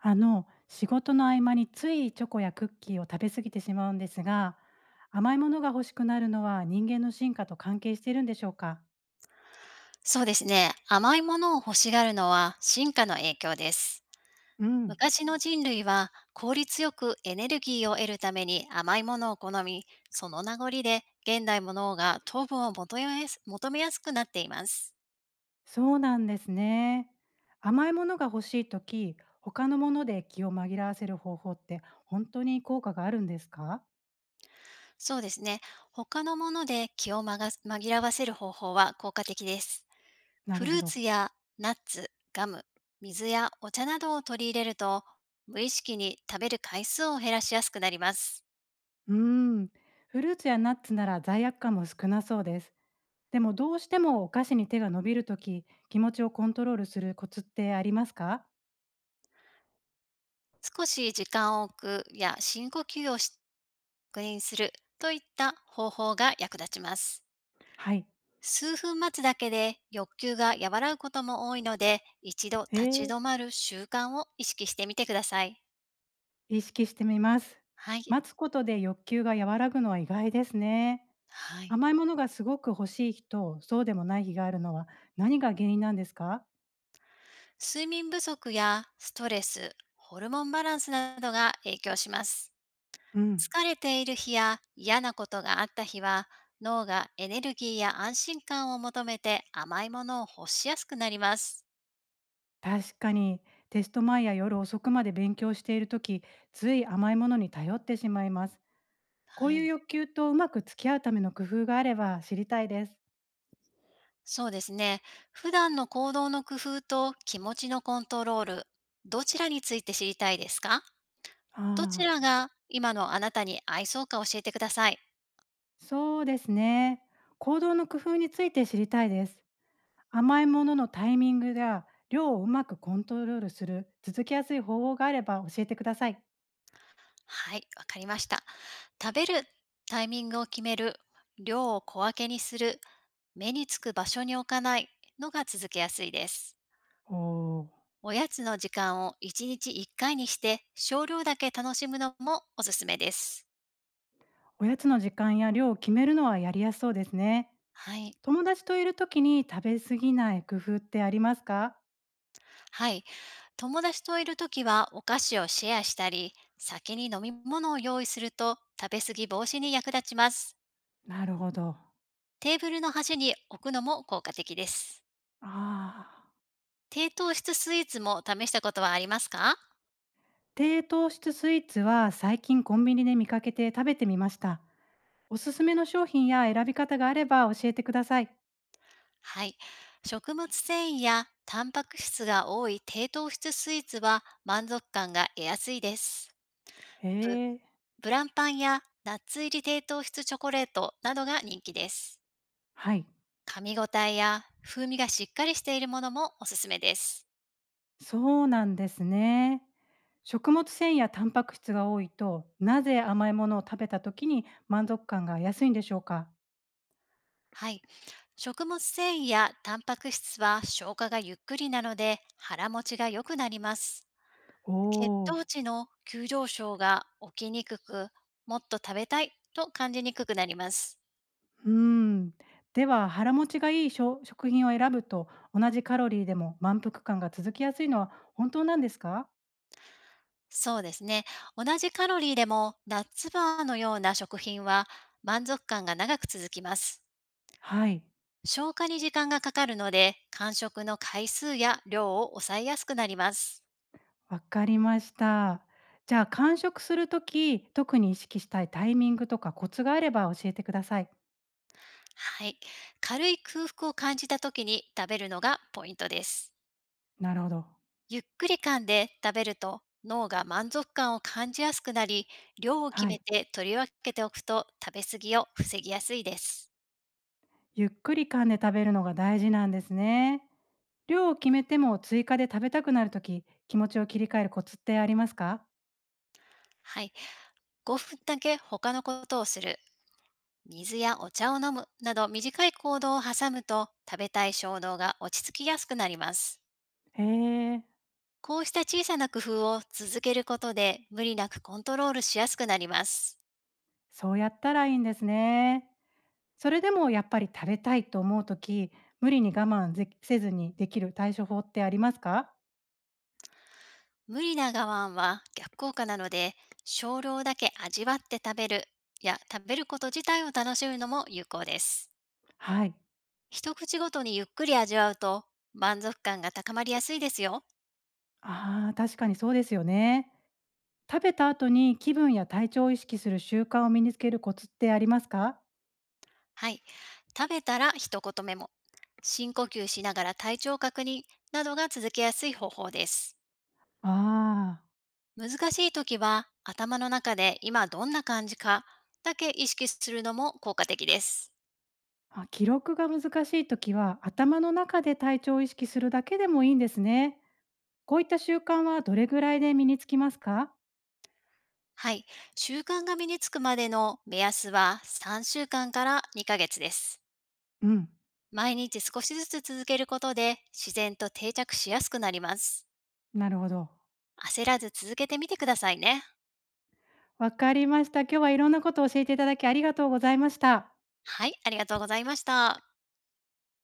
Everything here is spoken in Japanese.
仕事の合間についチョコやクッキーを食べ過ぎてしまうんですが、甘いものが欲しくなるのは人間の進化と関係しているんでしょうか。そうですね。甘いものを欲しがるのは進化の影響です。うん、昔の人類は効率よくエネルギーを得るために甘いものを好み、その名残で現代の脳が糖分を求めやすくなっています。そうなんですね。甘いものが欲しいとき、他のもので気を紛らわせる方法って本当に効果があるんですか。そうですね。他のもので気を紛らわせる方法は効果的です。なフるルほーど。ツやナッツ、ガム、水やお茶などを取り入れると、無意識に食べる回数を減らしやすくなります。うーん。フルーツやナッツなら罪悪感も少なそうです。でもどうしてもお菓子に手が伸びるとき、気持ちをコントロールするコツってありますか。少し時間を置くや深呼吸をし確認するといった方法が役立ちます。はい。数分待つだけで欲求が和らぐことも多いので、一度え立ちー止まる習慣を意識してみてください。意識してみます。はい。待つことで欲求が和らぐのは意外ですね。はい。甘いものがすごく欲しい日とそうでもない日があるのは何が原因なんですか。睡眠不足やストレス、ホルモンバランスなどが影響します。うん、疲れている日や嫌なことがあった日は、脳がエネルギーや安心感を求めて甘いものを欲しやすくなります。確かにテスト前や夜遅くまで勉強している時つい甘いものに頼ってしまいます。こうはいうい。欲求とうまく付き合うための工夫があれば知りたいです。そうですね。普段の行動の工夫と気持ちのコントロール、どちらについて知りたいですか？あどちあ、らが今のあなたに合いそうか教えてください。そうですね。行動の工夫について知りたいです。甘いもののタイミングや量をうまくコントロールする続きやすい方法があれば教えてください。はい、わかりました。食べるタイミングを決める、量を小分けにする、目につく場所に置かないのが続けやすいです。おお、おやつの時間を1日1回にして少量だけ楽しむのもおすすめです。おやつの時間や量を決めるのはやりやすそうですね。はい。友達といる時に食べ過ぎない工夫ってありますか。はい。友達といるときはお菓子をシェアしたり、先に飲み物を用意すると食べ過ぎ防止に役立ちます。なるほど。テーブルの端に置くのも効果的です。ああ。低糖質スイーツも試したことはありますか？低糖質スイーツは最近コンビニで見かけて食べてみました。おすすめの商品や選び方があれば教えてください。はい。食物繊維やタンパク質が多い低糖質スイーツは満足感が得やすいです。えブえ、ブランパンやナッツ入り低糖質チョコレートなどが人気です。はい。噛み応えや風味がしっかりしているものもおすすめです。そうなんですね。食物繊維やタンパク質が多いと、なぜ甘いものを食べた時に満足感が安いんでしょうか？はい。食物繊維やタンパク質は消化がゆっくりなので腹持ちが良くなります。お血お、糖値の急上昇が起きにくく、もっと食べたいと感じにくくなります。うーん。では腹持ちがいいしょ食品を選ぶと、同じカロリーでも満腹感が続きやすいのは本当なんですか？そうですね。同じカロリーでもナッツバーのような食品は満足感が長く続きます。はい、消化に時間がかかるので、間食の回数や量を抑えやすくなります。わかりました。じゃあ間食する時、特に意識したいタイミングとかコツがあれば教えてください。はい。軽い空腹を感じた時に食べるのがポイントです。なるほど。ゆっくり噛んで食べると脳が満足感を感じやすくなり、量を決はめい。て取り分けておくと食べ過ぎを防ぎやすいです。ゆっくり噛んで食べるのが大事なんですね。量を決めても追加で食べたくなるとき、気持ちを切り替えるコツってありますか。はい。5分だけ他のことをする、水やお茶を飲むなど短い行動を挟むと食べたい衝動が落ち着きやすくなります。へえ、こうした小さな工夫を続けることで無理なくコントロールしやすくなります。そうやったらいいんですね。それでもやっぱり食べたいと思うとき、無理に我慢ぜせずにできる対処法ってありますか。無理な我慢は逆効果なので、少量だけ味わって食べるや食べること自体を楽しむのも有効です。はい。一口ごとにゆっくり味わうと満足感が高まりやすいですよ。ああ、確かにそうですよね。食べた後に気分や体調を意識する習慣を身につけるコツってありますか。はい。食べたら一言メモ、深呼吸しながら体調確認などが続けやすい方法です。あー、難しい時は頭の中で今どんな感じかだけ意識するのも効果的です。あ、記録が難しいときは頭の中で体調を意識するだけでもいいんですね。こういった習慣はどれぐらいで身につきますか？はい。習慣が身につくまでの目安は3週間から2ヶ月です。うん、毎日少しずつ続けることで自然と定着しやすくなります。なるほど。焦らず続けてみてくださいね。わかりました。今日はいろんなことを教えていただきありがとうございました。はい、ありがとうございました。